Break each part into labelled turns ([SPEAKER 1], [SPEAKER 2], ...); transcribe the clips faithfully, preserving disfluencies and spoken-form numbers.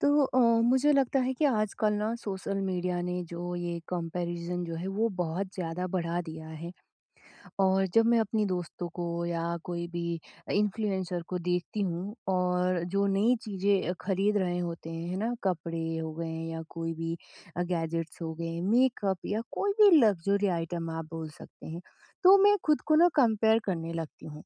[SPEAKER 1] तो अ, मुझे लगता है कि आजकल ना सोशल मीडिया ने जो ये कंपैरिजन जो है वो बहुत ज़्यादा बढ़ा दिया है। और जब मैं अपनी दोस्तों को या कोई भी इन्फ्लुएंसर को देखती हूँ और जो नई चीज़ें खरीद रहे होते हैं है ना, कपड़े हो गए या कोई भी गैजेट्स हो गए, मेकअप या कोई भी लग्जरी आइटम आप बोल सकते हैं, तो मैं खुद को ना कंपेयर करने लगती हूँ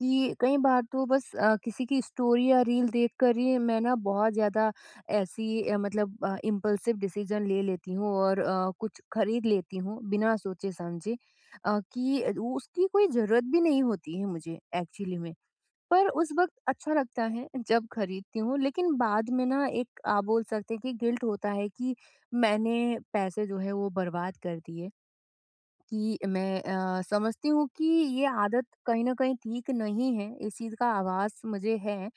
[SPEAKER 1] कि कई बार तो बस अ, किसी की स्टोरी या रील देखकर ही मैं ना बहुत ज़्यादा ऐसी अ, मतलब अ, इम्पल्सिव डिसीजन ले लेती हूँ और अ, कुछ खरीद लेती हूँ बिना सोचे समझे अ, कि उसकी कोई ज़रूरत भी नहीं होती है मुझे एक्चुअली में। पर उस वक़्त अच्छा लगता है जब खरीदती हूँ, लेकिन बाद में ना एक आप बोल सकते हैं कि गिल्ट होता है कि मैंने पैसे जो है वो बर्बाद कर दिए। कि मैं अ, समझती हूँ कि ये आदत कहीं न कहीं ठीक नहीं है, इस चीज़ का आभास मुझे है,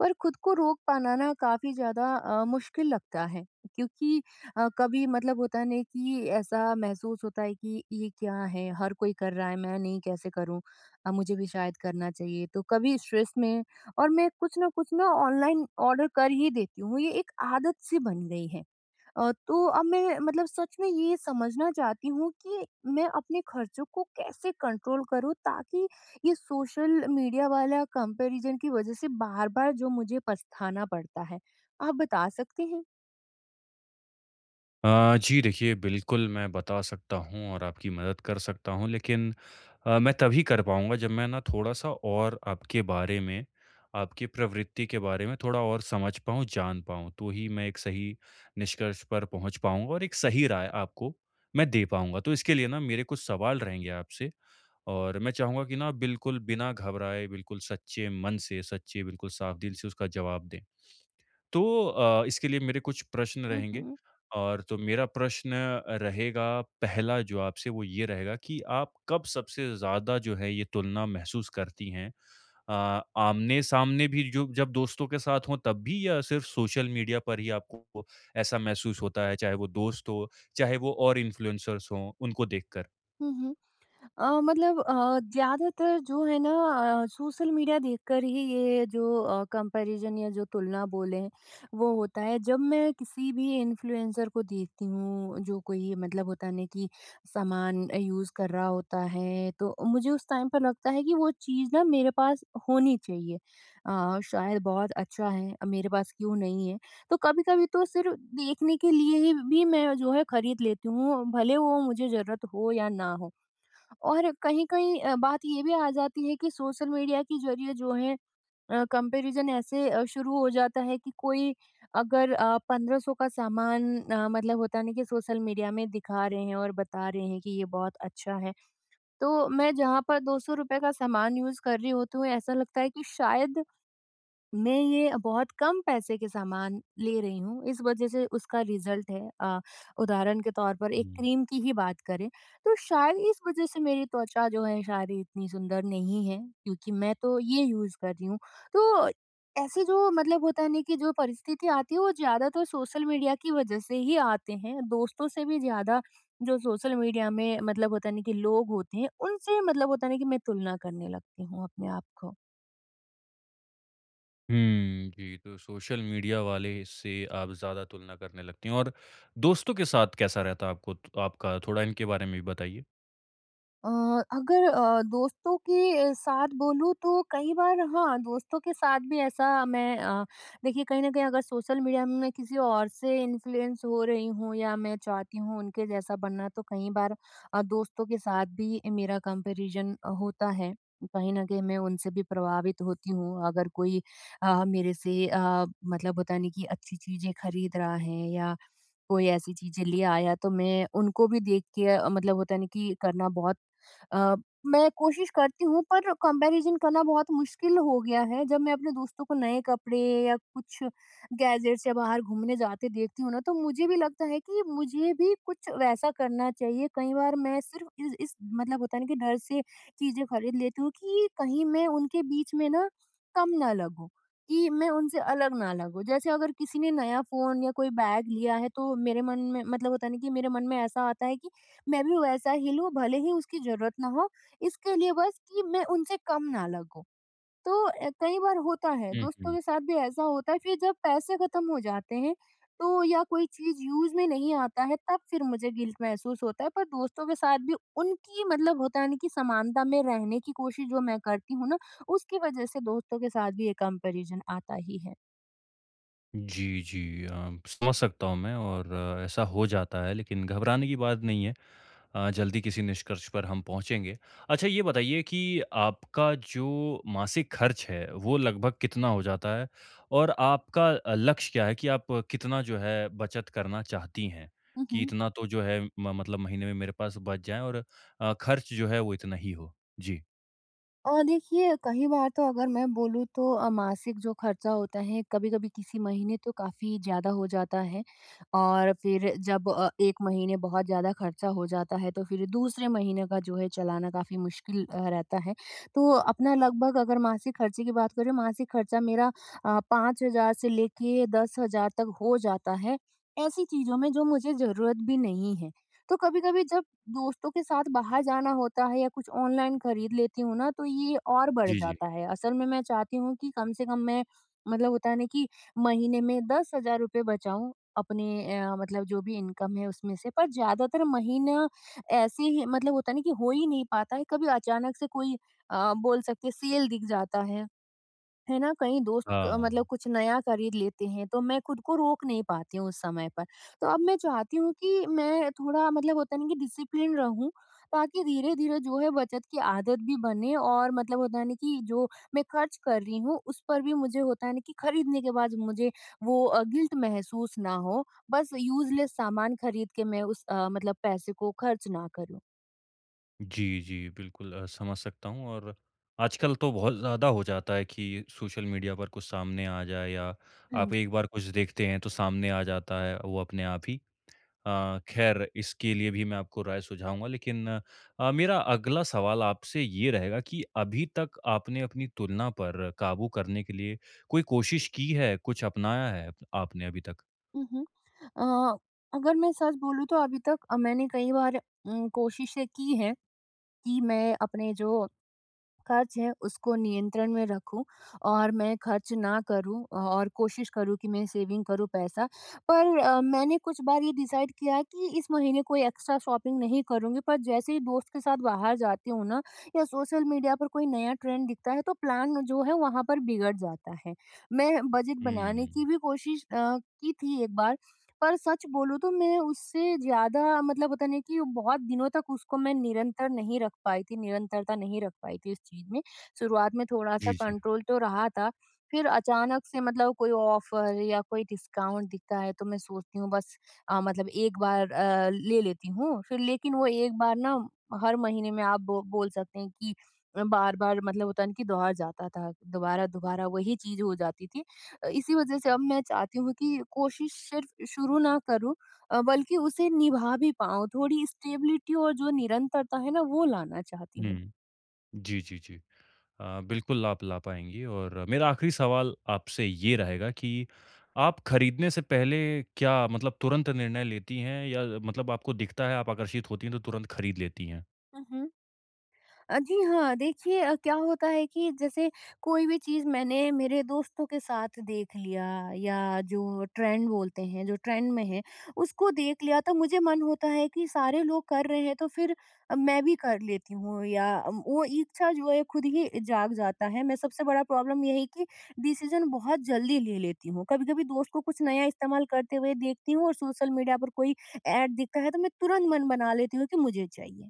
[SPEAKER 1] पर खुद को रोक पाना ना काफ़ी ज़्यादा अ, मुश्किल लगता है। क्योंकि अ, कभी मतलब होता नहीं कि ऐसा महसूस होता है कि ये क्या है? हर कोई कर रहा है, मैं नहीं कैसे करूँ? अ, मुझे भी शायद करना चाहिए। तो कभी स्ट्रेस में और मैं कुछ न कुछ ना ऑनलाइन ऑर्डर कर ही देती हूँ, ये एक आदत-सी बन गई है। अ, तो अब मैं मतलब सच में ये समझना चाहती हूँ कि मैं अपने खर्चों को कैसे कंट्रोल करूँ, ताकि ये सोशल मीडिया वाला कंपैरिजन की वजह से बार-बार जो मुझे पछताना पड़ता है। आप बता सकते हैं?
[SPEAKER 2] अ, जी देखिए, बिल्कुल मैं बता सकता हूँ और आपकी मदद कर सकता हूँ लेकिन अ, मैं तभी कर पाऊँगा जब मैं ना थोड़ा-सा और आपके बारे में, आपकी प्रवृत्ति के बारे में थोड़ा और समझ पाऊँ, जान पाऊँ, तो ही मैं एक सही निष्कर्ष पर पहुँच पाऊँगा और एक सही राय आपको मैं दे पाऊँगा। तो इसके लिए ना मेरे कुछ सवाल रहेंगे आपसे और मैं चाहूँगा कि ना बिल्कुल बिना घबराए, बिल्कुल सच्चे मन से, सच्चे बिल्कुल साफ दिल से उसका जवाब दें। तो अ, इसके लिए मेरे कुछ प्रश्न रहेंगे
[SPEAKER 1] हुँ,
[SPEAKER 2] और तो मेरा प्रश्न रहेगा पहला जो आपसे वो ये रहेगा कि आप कब सबसे ज़्यादा जो है ये तुलना महसूस करती हैं? अ, आमने-सामने भी जो जब दोस्तों के साथ हों तब भी या सिर्फ सोशल मीडिया पर ही आपको ऐसा महसूस होता है, चाहे वो दोस्त हो, चाहे वो और इन्फ्लुएंसर्स हों, उनको देखकर?
[SPEAKER 1] हुँ। अ, मतलब अ, ज़्यादातर जो है ना, अ, सोशल मीडिया देखकर ही ये जो कंपैरिजन या जो तुलना बोलें वो होता है। जब मैं किसी भी इन्फ्लुएंसर को देखती हूँ जो कोई मतलब होता है ना कि सामान यूज़ कर रहा होता है, तो मुझे उस टाइम पर लगता है कि वो चीज़ ना मेरे पास होनी चाहिए। अ, शायद बहुत अच्छा है, अ, मेरे पास क्यों नहीं है? तो कभी-कभी तो सिर्फ़ देखने के लिए ही भी मैं जो है खरीद लेती हूँ, भले वो मुझे ज़रूरत हो या ना हो। और कहीं-कहीं अ, बात ये भी आ जाती है कि सोशल मीडिया के ज़रिए जो है अ, कंपैरिज़न ऐसे अ, शुरू हो जाता है कि कोई अगर अ, 1500 का सामान, अ, मतलब होता है ना कि सोशल मीडिया में दिखा रहे हैं और बता रहे हैं कि ये बहुत अच्छा है। तो मैं जहाँ पर ₹दो सौ रुपए का सामान यूज़ कर रही होती हूँ, ऐसा लगता है कि शायद मैं ये बहुत कम पैसे के सामान ले रही हूँ, इस वजह से उसका रिज़ल्ट है। अ, उदाहरण के तौर पर एक
[SPEAKER 2] हुँ।
[SPEAKER 1] क्रीम की ही बात करें, तो शायद इस वजह से मेरी त्वचा जो है शायद ये इतनी सुंदर नहीं है, क्योंकि मैं तो ये यूज़ कर रही हूँ। तो ऐसे जो मतलब होता है ना कि जो परिस्थिति आती है, वो ज़्यादातर सोशल मीडिया की वजह से ही आते हैं, दोस्तों से भी ज़्यादा जो सोशल मीडिया में मतलब होता है ना कि लोग होते हैं, उनसे मतलब होता है ना कि मैं तुलना करने लगती हूँ अपने आप को।
[SPEAKER 2] हुँ, जी, तो सोशल मीडिया वाले से आप ज़्यादा तुलना करने लगती हैं और दोस्तों के साथ कैसा रहता है आपको त आपका? थोड़ा इनके बारे में भी बताइए।
[SPEAKER 1] अ, अगर अ, दोस्तों के अ, साथ बोलूँ तो कई बार हाँ, दोस्तों के साथ भी ऐसा मैं अ, देखिए, कहीं न कहीं अगर सोशल मीडिया में मैं किसी और से इन्फ्लुएंस हो रही हूँ या मैं चाहती हूँ उनके जैसा बनना, तो कई बार अ, दोस्तों के साथ भी मेरा कंपैरिजन अ, होता है। कहीं न कहीं मैं उनसे भी प्रभावित होती हूँ। अगर कोई अ, मेरे से अ, मतलब होता नहीं कि अच्छी चीज़ें खरीद रहा है या कोई ऐसी चीज़ें ले आया, तो मैं उनको भी देख के अ, मतलब होता नहीं कि करना बहुत अ, मैं कोशिश करती हूँ, पर कंपैरिजन करना बहुत मुश्किल हो गया है। जब मैं अपने दोस्तों को नए कपड़े या कुछ गैजेट्स या बाहर घूमने जाते देखती हूँ ना, तो मुझे भी लगता है कि मुझे भी कुछ वैसा करना चाहिए। कई बार मैं सिर्फ़ इस इस मतलब होता है ना कि डर से चीज़ें खरीद लेती हूँ कि कहीं मैं उनके बीच में ना कम ना लगूँ, कि मैं उनसे अलग ना लगूँ। जैसे अगर किसी ने नया फ़ोन या कोई बैग लिया है तो मेरे मन में मतलब होता है ना कि मेरे मन में ऐसा आता है कि मैं भी वैसा ही लूँ, भले ही उसकी ज़रूरत ना हो, इसके लिए बस कि मैं उनसे कम ना लगूँ। तो अ, कई बार होता है,
[SPEAKER 2] हुँ,
[SPEAKER 1] दोस्तों
[SPEAKER 2] हुँ।
[SPEAKER 1] के साथ भी ऐसा होता है, फिर जब पैसे ख़त्म हो जाते हैं, तो या कोई चीज़ यूज़ में नहीं आता है, तब फिर मुझे गिल्ट महसूस होता है। पर दोस्तों के साथ भी उनकी मतलब होता है ना कि समानता में रहने की कोशिश जो मैं करती हूँ ना, उसकी वजह से दोस्तों के साथ भी ये कंपैरिज़न आता ही है।
[SPEAKER 2] जी, जी, अ, समझ सकता हूँ मैं और आ, ऐसा हो जाता है लेकिन घबराने की बात नहीं है। अ, जल्दी किसी निष्कर्ष पर हम पहुँचेंगे। अच्छा ये बताइए कि आपका जो मासिक खर्च है, वो लगभग कितना हो जाता है? और आपका अ, लक्ष्य क्या है कि आप कितना जो है बचत करना चाहती हैं?
[SPEAKER 1] हुँ,
[SPEAKER 2] कि
[SPEAKER 1] हुँ।
[SPEAKER 2] इतना तो जो है म मतलब महीने में मेरे पास बच जाए और अ, खर्च जो है वो इतना ही हो? जी।
[SPEAKER 1] और देखिए कई बार तो अगर मैं बोलूँ तो अ, मासिक जो खर्चा होता है कभी-कभी किसी महीने तो काफ़ी ज़्यादा हो जाता है, और फिर जब अ, एक महीने बहुत ज़्यादा खर्चा हो जाता है, तो फिर दूसरे महीने का जो है चलाना काफ़ी मुश्किल अ, रहता है। तो अपना लगभग अगर मासिक खर्चे की बात करें, मासिक खर्चा मेरा अ, 5,000 से लेके 10,000 तक हो जाता है, ऐसी चीज़ों में जो मुझे ज़रूरत भी नहीं है। तो कभी-कभी जब दोस्तों के साथ बाहर जाना होता है या कुछ ऑनलाइन खरीद लेती हूँ ना, तो ये और बढ़
[SPEAKER 2] जी, जी।
[SPEAKER 1] जाता है। असल में मैं चाहती हूँ कि कम से कम मैं मतलब होता है ना कि महीने में दस हज़ार रुपए बचाऊँ अपने, अ, मतलब जो भी इनकम है उसमें से। पर ज़्यादातर महीना ऐसे ही मतलब होता है ना कि हो ही नहीं पाता है। कभी अचानक से कोई अ, बोल सकते हैं सेल दिख जाता है। है ना, कहीं दोस्त अ, मतलब
[SPEAKER 2] हाँ।
[SPEAKER 1] कुछ नया खरीद लेते हैं तो मैं खुद को रोक नहीं पाती हूँ उस समय पर। तो अब मैं चाहती हूँ कि मैं थोड़ा मतलब होता नहीं कि डिसिप्लिन रहूं, ताकि धीरे धीरे जो है बचत की आदत भी बने और मतलब होता नहीं कि जो मैं खर्च कर रही हूँ उस पर भी मुझे होता है ना कि खरीदने के बाद मुझे वो गिल्ट महसूस ना हो, बस यूजलेस सामान खरीद के मैं उस अ, मतलब पैसे को खर्च ना करूँ।
[SPEAKER 2] जी, जी, बिल्कुल अ, समझ सकता हूँ और आजकल तो बहुत ज़्यादा हो जाता है कि सोशल मीडिया पर कुछ सामने आ जाए या
[SPEAKER 1] हाँ
[SPEAKER 2] आप
[SPEAKER 1] जी।
[SPEAKER 2] एक बार कुछ देखते हैं तो सामने आ जाता है वो अपने आप ही। अ, खैर इसके लिए भी मैं आपको राय सुझाऊँगा लेकिन अ, मेरा अगला सवाल आपसे ये रहेगा कि अभी तक आपने अपनी तुलना पर काबू करने के लिए कोई कोशिश की है, कुछ अपनाया है आपने अभी तक?
[SPEAKER 1] उहुँ। अ, अगर मैं सच बोलूँ तो अभी तक अ, मैंने कई बार उम, कोशिशें की हैं कि मैं अपने जो खर्च है उसको नियंत्रण में रखूँ और मैं खर्च ना करूँ और कोशिश करूँ कि मैं सेविंग करूँ पैसा। पर अ, मैंने कुछ बार ये डिसाइड किया कि इस महीने कोई एक्स्ट्रा शॉपिंग नहीं करूँगी, पर जैसे ही दोस्त के साथ बाहर जाती हूँ ना या सोशल मीडिया पर कोई नया ट्रेंड दिखता है, तो प्लान जो है वहाँ पर बिगड़ जाता है। मैं बजट बनाने
[SPEAKER 2] हुँ।
[SPEAKER 1] की भी कोशिश अ, की थी एक बार। पर सच बोलूँ तो मैं उससे ज़्यादा मतलब होता नहीं कि वो बहुत दिनों तक उसको मैं निरंतर नहीं रख पाई थी, निरंतरता नहीं रख पाई थी इस चीज़ में। शुरुआत में थोड़ा-सा
[SPEAKER 2] जी, जी।
[SPEAKER 1] कंट्रोल तो रहा था, फिर अचानक से मतलब कोई ऑफ़र या कोई डिस्काउंट दिखता है, तो मैं सोचती हूँ बस अ, मतलब एक बार अ, ले लेती हूँ। फिर लेकिन वो एक बार ना हर महीने में आप बो बोल सकते हैं कि बार-बार मतलब होता है ना कि दोहर जाता था, दोबारा-दोबारा वही चीज़ हो जाती थी। इसी वजह से अब मैं चाहती हूँ कि कोशिश सिर्फ शुरू ना करूँ, अ, बल्कि उसे निभा भी पाऊँ। थोड़ी स्टेबिलिटी और जो निरंतरता है ना, वो लाना चाहती
[SPEAKER 2] हुँ। जी, जी, जी। अ, बिल्कुल आप ला पाएँगी और मेरा आखिरी सवाल आपसे ये रहेगा कि आप खरीदने से पहले क्या मतलब तुरंत निर्णय लेती हैं या मतलब आपको दिखता है, आप आकर्षित होती हैं तो तुरंत खरीद लेती हैं?
[SPEAKER 1] हूँ। अ, जी हाँ, देखिए अ, क्या होता है कि जैसे कोई भी चीज़ मैंने मेरे दोस्तों के साथ देख लिया या जो ट्रेंड बोलते हैं, जो ट्रेंड में है, उसको देख लिया, तो मुझे मन होता है कि सारे लोग कर रहे हैं, तो फिर अ, मैं भी कर लेती हूँ या अम, वो इच्छा जो है खुद ही जाग जाता है। मैं सबसे बड़ा प्रॉब्लम यही कि डिसीज़न बहुत जल्दी ले लेती हूँ। कभी-कभी दोस्त को कुछ नया इस्तेमाल करते हुए देखती हूँ और सोशल मीडिया पर कोई ऐड दिखता है, तो मैं तुरंत मन बना लेती हूँ कि मुझे चाहिए।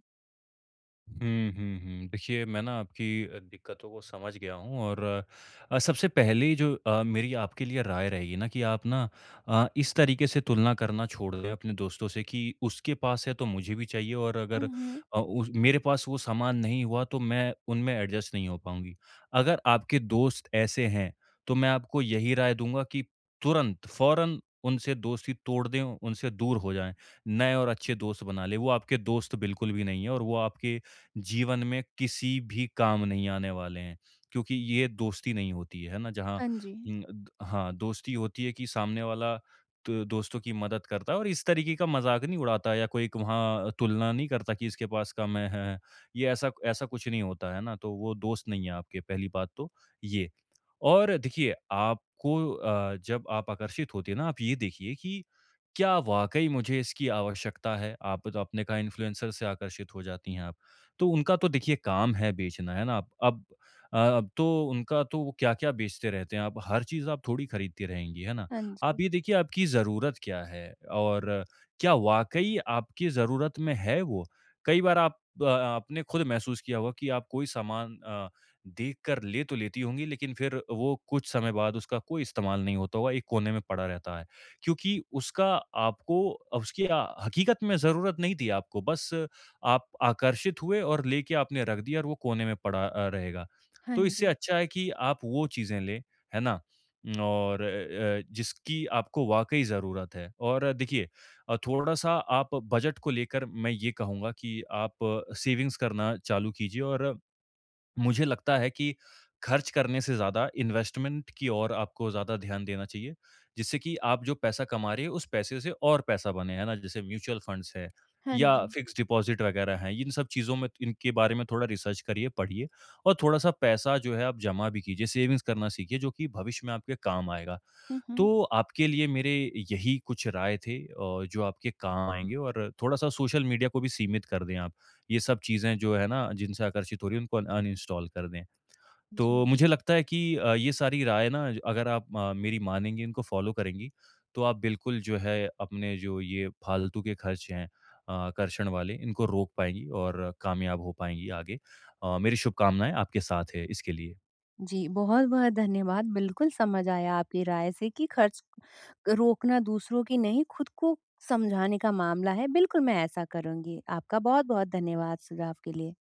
[SPEAKER 2] हुँ, हुँ, हुँ। देखिए, मैं ना आपकी अ, दिक्कतों को समझ गया हूँ और अ, सबसे पहले जो अ, मेरी आपके लिए राय रहेगी ना कि आप ना अ, इस तरीके से तुलना करना छोड़ दें अपने दोस्तों से कि उसके पास है तो मुझे भी चाहिए और अगर
[SPEAKER 1] हुँ, हुँ।
[SPEAKER 2] अ, उस मेरे पास वो सामान नहीं हुआ तो मैं उनमें एडजस्ट नहीं हो पाऊँगी। अगर आपके दोस्त ऐसे हैं, तो मैं आपको यही राय दूँगा कि तुरंत, फ़ौरन उनसे दोस्ती तोड़ दें, उनसे दूर हो जाएँ, नए और अच्छे दोस्त बना लें। वो आपके दोस्त बिल्कुल भी नहीं हैं और वो आपके जीवन में किसी भी काम नहीं आने वाले हैं। क्योंकि ये दोस्ती नहीं होती है, है ना? जहाँ
[SPEAKER 1] हाँ जी।
[SPEAKER 2] उम, द हाँ, दोस्ती होती है कि सामने वाला तो दोस्तों की मदद करता है और इस तरीके का मज़ाक नहीं उड़ाता या कोई एक वहाँ तुलना नहीं करता कि इसके पास कम है है, ये ऐसा ऐसा कुछ नहीं होता है ना? तो वो दोस्त नहीं है आपके पहली बात तो ये। और देखिए आपको अ, जब आप आकर्षित होती है ना आप ये देखिए कि क्या वाक़ई मुझे इसकी आवश्यकता है? आप तो आपने कहा इन्फ्लुएंसर से आकर्षित हो जाती हैं आप। तो उनका तो देखिए काम है बेचना, है ना? अब अब अ, अब तो उनका तो वो क्या-क्या बेचते रहते हैं, अब हर चीज़ आप थोड़ी खरीदती रहेंगी, है ना?
[SPEAKER 1] हाँ
[SPEAKER 2] आप
[SPEAKER 1] जी,
[SPEAKER 2] ये देखिए आपकी ज़रूरत क्या है और क्या वाक़ई आपकी ज़रूरत में है वो? कई बार आप अ, आपने खुद महसूस किया होगा कि आप कोई सामान अ, देख कर ले तो लेती होंगी, लेकिन फिर वो कुछ समय बाद उसका कोई इस्तेमाल नहीं होता होगा, एक कोने में पड़ा रहता है। क्योंकि उसका आपको उसकी अ, हकीकत में ज़रूरत नहीं थी आपको, बस आप आकर्षित हुए और लेके आपने रख दिया और वो कोने में पड़ा अ, रहेगा।
[SPEAKER 1] हाँ
[SPEAKER 2] तो इससे
[SPEAKER 1] जी,
[SPEAKER 2] अच्छा है कि आप वो चीज़ें लें, है ना? और अ, जिसकी आपको वाक़ई ज़रूरत है और देखिए अ, थोड़ा-सा आप बजट को लेकर मैं ये कहूँगा कि आप सेविंग्स करना चालू कीजिए और मुझे लगता है कि खर्च करने से ज़्यादा इन्वेस्टमेंट की ओर आपको ज़्यादा ध्यान देना चाहिए, जिससे कि आप जो पैसा कमा रहे हैं, उस पैसे से और पैसा बने, है ना? जैसे म्यूचुअल फंड्स है
[SPEAKER 1] हाँ
[SPEAKER 2] या
[SPEAKER 1] जी।
[SPEAKER 2] फ़िक्स्ड डिपॉज़िट वगैरह हैं, इन सब चीज़ों में तो इनके बारे में थोड़ा रिसर्च करिए, पढ़िए और थोड़ा-सा पैसा जो है आप जमा भी कीजिए, सेविंग्स करना सीखिए, जो कि भविष्य में आपके काम आएगा।
[SPEAKER 1] हुँ, हुँ।
[SPEAKER 2] तो आपके लिए मेरे यही कुछ राय थे अ, जो आपके काम आएँगे और थोड़ा-सा सोशल मीडिया को भी सीमित कर दें आप। ये सब चीज़ें जो है ना जिनसे आकर्षित हो रही हैं उनको अन अनइंस्टॉल कर दें। तो
[SPEAKER 1] जी,
[SPEAKER 2] मुझे लगता है कि अ, ये सारी राय ना जो- अगर आप अ, मेरी मानेंगी, इनको फ़ॉलो करेंगी, तो आप बिल्कुल जो है अपने जो ये फालतू के खर्च हैं अ, आकर्षण वाले इनको रोक पाएँगी और कामयाब हो पाएँगी आगे। अ, मेरी शुभकामनाएँ आपके साथ है इसके लिए।
[SPEAKER 1] जी, बहुत-बहुत धन्यवाद। बिल्कुल समझ आया आपकी राय से कि खर्च रोकना दूसरों की नहीं, खुद को समझाने का मामला है। बिल्कुल, मैं ऐसा करूँगी। आपका बहुत-बहुत धन्यवाद सुझाव के लिए।